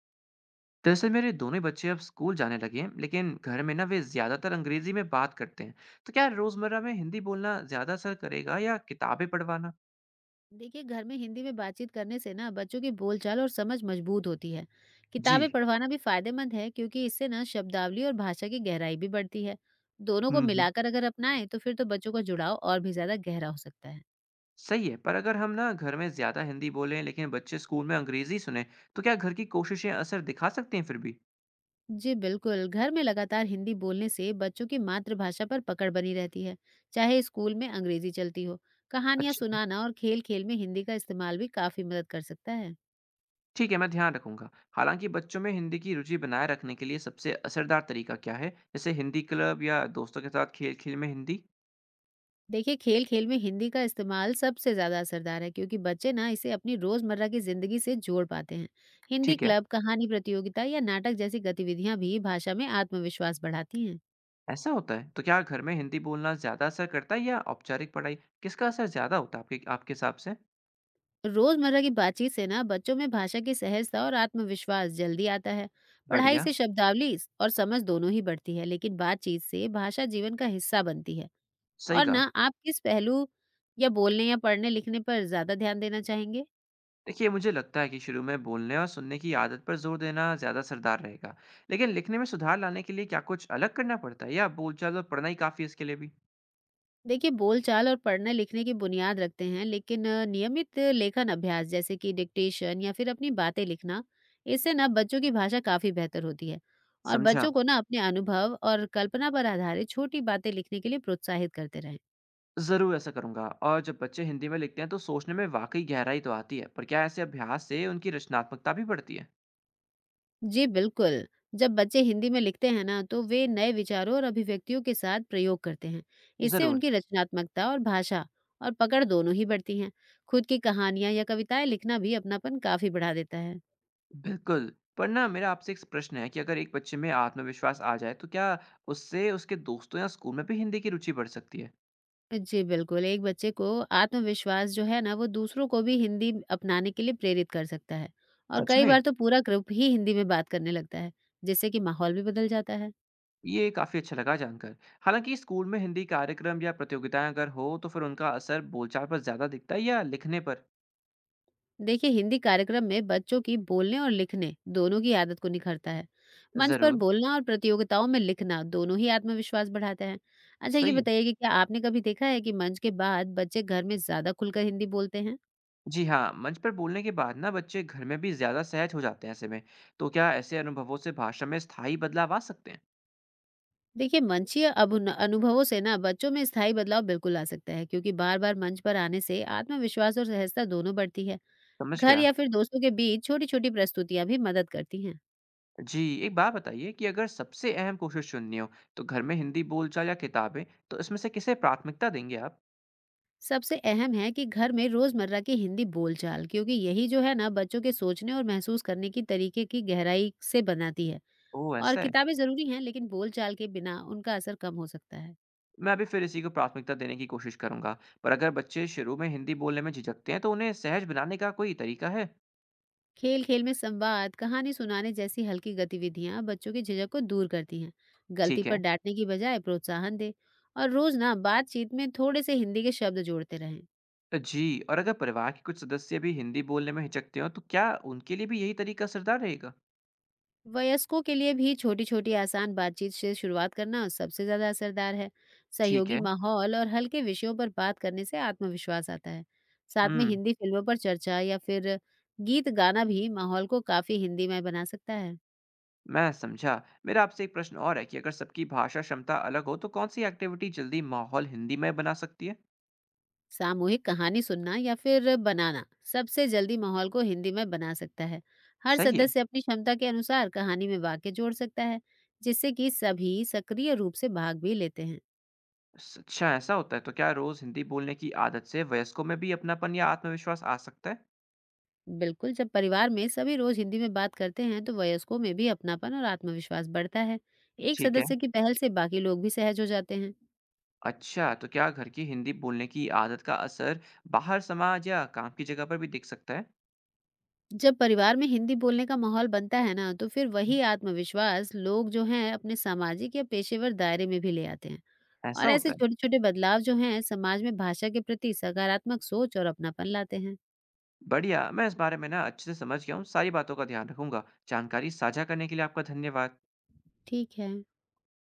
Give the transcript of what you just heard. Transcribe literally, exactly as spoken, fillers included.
दरअसल मेरे दोनों ही बच्चे अब स्कूल जाने लगे हैं, लेकिन घर में ना वे ज़्यादातर अंग्रेजी में बात करते हैं। तो क्या रोज़मर्रा में हिंदी बोलना ज़्यादा असर करेगा या किताबें पढ़वाना। देखिए, घर में हिंदी में बातचीत करने से ना बच्चों की बोलचाल और समझ मजबूत होती है। जी। किताबें पढ़वाना भी फायदेमंद है, क्योंकि इससे ना शब्दावली और भाषा की गहराई भी बढ़ती है। दोनों को हम्म हम्म। मिलाकर अगर अपनाएं, तो फिर तो बच्चों का जुड़ाव और भी ज्यादा गहरा हो सकता है। सही है। पर अगर हम ना घर में ज़्यादा हिंदी बोलें लेकिन बच्चे स्कूल में अंग्रेजी सुने, तो क्या घर की कोशिशें असर दिखा सकती हैं फिर भी। जी बिल्कुल, घर में लगातार हिंदी बोलने से बच्चों की मातृभाषा पर पकड़ बनी रहती है, चाहे स्कूल में अंग्रेजी चलती हो। कहानियां अच्छा। सुनाना और खेल खेल में हिंदी का इस्तेमाल भी काफी मदद कर सकता है। ठीक है, मैं ध्यान रखूंगा। हालांकि बच्चों में हिंदी की रुचि बनाए रखने के लिए सबसे असरदार तरीका क्या है, जैसे हिंदी क्लब या दोस्तों के साथ खेल खेल में हिंदी। देखिए, खेल खेल में हिंदी का इस्तेमाल सबसे ज़्यादा असरदार है, क्योंकि बच्चे ना इसे अपनी रोज़मर्रा की ज़िंदगी से जोड़ पाते हैं। हिंदी ठीक है। क्लब, कहानी प्रतियोगिता या नाटक जैसी गतिविधियां भी भाषा में आत्मविश्वास बढ़ाती हैं। ऐसा होता है? तो क्या घर में हिंदी बोलना ज़्यादा असर करता है या औपचारिक पढ़ाई? किसका असर ज़्यादा होता है आपके आपके हिसाब से? रोज़मर्रा की बातचीत से ना बच्चों में भाषा की सहजता और आत्मविश्वास जल्दी आता है। पढ़ाई बढ़िया। से शब्दावली और समझ दोनों ही बढ़ती है, लेकिन बातचीत से भाषा जीवन का हिस्सा बनती है। सही और कहा। ना आप किस पहलू या बोलने या पढ़ने लिखने पर ज़्यादा ध्यान देना चाहेंगे? देखिए मुझे लगता है कि शुरू में बोलने और सुनने की आदत पर ज़ोर देना ज़्यादा असरदार रहेगा। लेकिन लिखने में सुधार लाने के लिए क्या कुछ अलग करना पड़ता है, या बोलचाल और पढ़ना ही काफ़ी है इसके लिए भी? देखिए, बोलचाल और पढ़ने लिखने की बुनियाद रखते हैं, लेकिन अ, नियमित लेखन अभ्यास जैसे कि डिक्टेशन या फिर अपनी बातें लिखना, इससे ना बच्चों की भाषा काफी बेहतर होती है। और समझा। बच्चों को ना अपने अनुभव और कल्पना पर आधारित छोटी बातें लिखने के लिए प्रोत्साहित करते रहें। ज़रूर ऐसा करूँगा। और जब बच्चे हिंदी में लिखते हैं तो सोचने में वाकई गहराई तो आती है। पर क्या ऐसे अभ्यास से उनकी रचनात्मकता भी बढ़ती है? जी बिल्कुल, जब बच्चे हिंदी में लिखते हैं ना, तो वे नए विचारों और अभिव्यक्तियों के साथ प्रयोग करते हैं। इससे ज़रूर। उनकी रचनात्मकता और भाषा और पकड़ दोनों ही बढ़ती हैं। खुद की कहानियां या कविताएं लिखना भी अपनापन काफी बढ़ा देता है। बिल्कुल। पर ना मेरा आपसे एक प्रश्न है कि अगर एक बच्चे में आत्मविश्वास आ जाए, तो क्या उससे उसके दोस्तों या स्कूल में भी हिंदी की रुचि बढ़ सकती है? जी बिल्कुल, एक बच्चे को आत्मविश्वास जो है ना, वो दूसरों को भी हिंदी अपनाने के लिए प्रेरित कर सकता है। और सच कई में? बार तो पूरा ग्रुप ही हिंदी में बात करने लगता है, जिससे कि माहौल भी बदल जाता है। ये काफ़ी अच्छा लगा जानकर। हालाँकि स्कूल में हिंदी कार्यक्रम या प्रतियोगिताएँ अगर हो, तो फिर उनका असर बोलचाल पर ज़्यादा दिखता है या लिखने पर? देखिए, हिंदी कार्यक्रम में बच्चों की बोलने और लिखने दोनों की आदत को निखरता है। मंच पर ज़रूर। बोलना और प्रतियोगिताओं में लिखना दोनों ही आत्मविश्वास बढ़ाते हैं। अच्छा ये सही है। बताइए कि क्या आपने कभी देखा है कि मंच के बाद बच्चे घर में ज्यादा खुलकर हिंदी बोलते हैं? जी हाँ, मंच पर बोलने के बाद ना बच्चे घर में भी ज़्यादा सहज हो जाते हैं ऐसे में। तो क्या ऐसे अनुभवों से भाषा में स्थायी बदलाव आ सकते हैं? देखिए, मंचीय अभुन अनुभवों से ना बच्चों में स्थायी बदलाव बिल्कुल आ सकता है, क्योंकि बार बार मंच पर आने से आत्मविश्वास और सहजता दोनों बढ़ती है। समझ घर गया। या फिर दोस्तों के बीच छोटी छोटी प्रस्तुतियां भी मदद करती हैं। जी। एक बात बताइए कि अगर सबसे अहम कोशिश चुननी हो, तो घर में हिंदी बोलचाल या किताबें, तो इसमें से किसे प्राथमिकता देंगे आप। सबसे अहम है कि घर में रोजमर्रा की हिंदी बोलचाल, क्योंकि यही जो है ना बच्चों के सोचने और महसूस करने की तरीके की गहराई से बनाती है। ओह, और ऐसा है। किताबें जरूरी हैं, लेकिन बोलचाल के बिना उनका असर कम हो सकता है। मैं अभी फिर इसी को प्राथमिकता देने की कोशिश करूंगा। पर अगर बच्चे शुरू में हिंदी बोलने में झिझकते हैं तो उन्हें सहज बनाने का कोई तरीका है। खेल खेल में संवाद, कहानी सुनाने जैसी हल्की गतिविधियां बच्चों की झिझक को दूर करती हैं। गलती ठीक है। पर डांटने की बजाय प्रोत्साहन दे, और रोज ना बातचीत में थोड़े से हिंदी के शब्द जोड़ते रहें। जी, और अगर परिवार के कुछ सदस्य भी हिंदी बोलने में हिचकते हो तो क्या उनके लिए भी यही तरीका असरदार रहेगा। वयस्कों के लिए भी छोटी छोटी आसान बातचीत से शुरुआत करना सबसे ज्यादा असरदार है। ठीक सहयोगी है। माहौल और हल्के विषयों पर बात करने से आत्मविश्वास आता है। साथ में हम्म। हिंदी फिल्मों पर चर्चा या फिर गीत गाना भी माहौल को काफी हिंदीमय बना सकता है। मैं समझा। मेरा आपसे एक प्रश्न और है कि अगर सबकी भाषा क्षमता अलग हो तो कौन सी एक्टिविटी जल्दी माहौल हिंदी में बना सकती है। सामूहिक कहानी सुनना या फिर बनाना सबसे जल्दी माहौल को हिंदी में बना सकता है। हर सही है। सदस्य अपनी क्षमता के अनुसार कहानी में वाक्य जोड़ सकता है, जिससे कि सभी सक्रिय रूप से भाग भी लेते हैं। स- अच्छा, ऐसा होता है? तो क्या रोज हिंदी बोलने की आदत से वयस्कों में भी अपनापन या आत्मविश्वास आ सकता है? बिल्कुल, जब परिवार में सभी रोज हिंदी में बात करते हैं, तो वयस्कों में भी अपनापन और आत्मविश्वास बढ़ता है। एक ठीक है। सदस्य की पहल से बाकी लोग भी सहज हो जाते हैं। अच्छा, तो क्या घर की हिंदी बोलने की आदत का असर बाहर समाज या काम की जगह पर भी दिख सकता है? जब परिवार में हिंदी बोलने का माहौल बनता है ना, तो फिर वही आत्मविश्वास लोग जो हैं अपने सामाजिक या पेशेवर दायरे में भी ले आते हैं। ऐसा और होता ऐसे है। छोटे-छोटे बदलाव जो हैं समाज में भाषा के प्रति सकारात्मक सोच और अपनापन लाते हैं। बढ़िया, मैं इस बारे में ना अच्छे से समझ गया हूँ। सारी बातों का ध्यान रखूंगा। जानकारी साझा करने के लिए आपका धन्यवाद। ठीक है।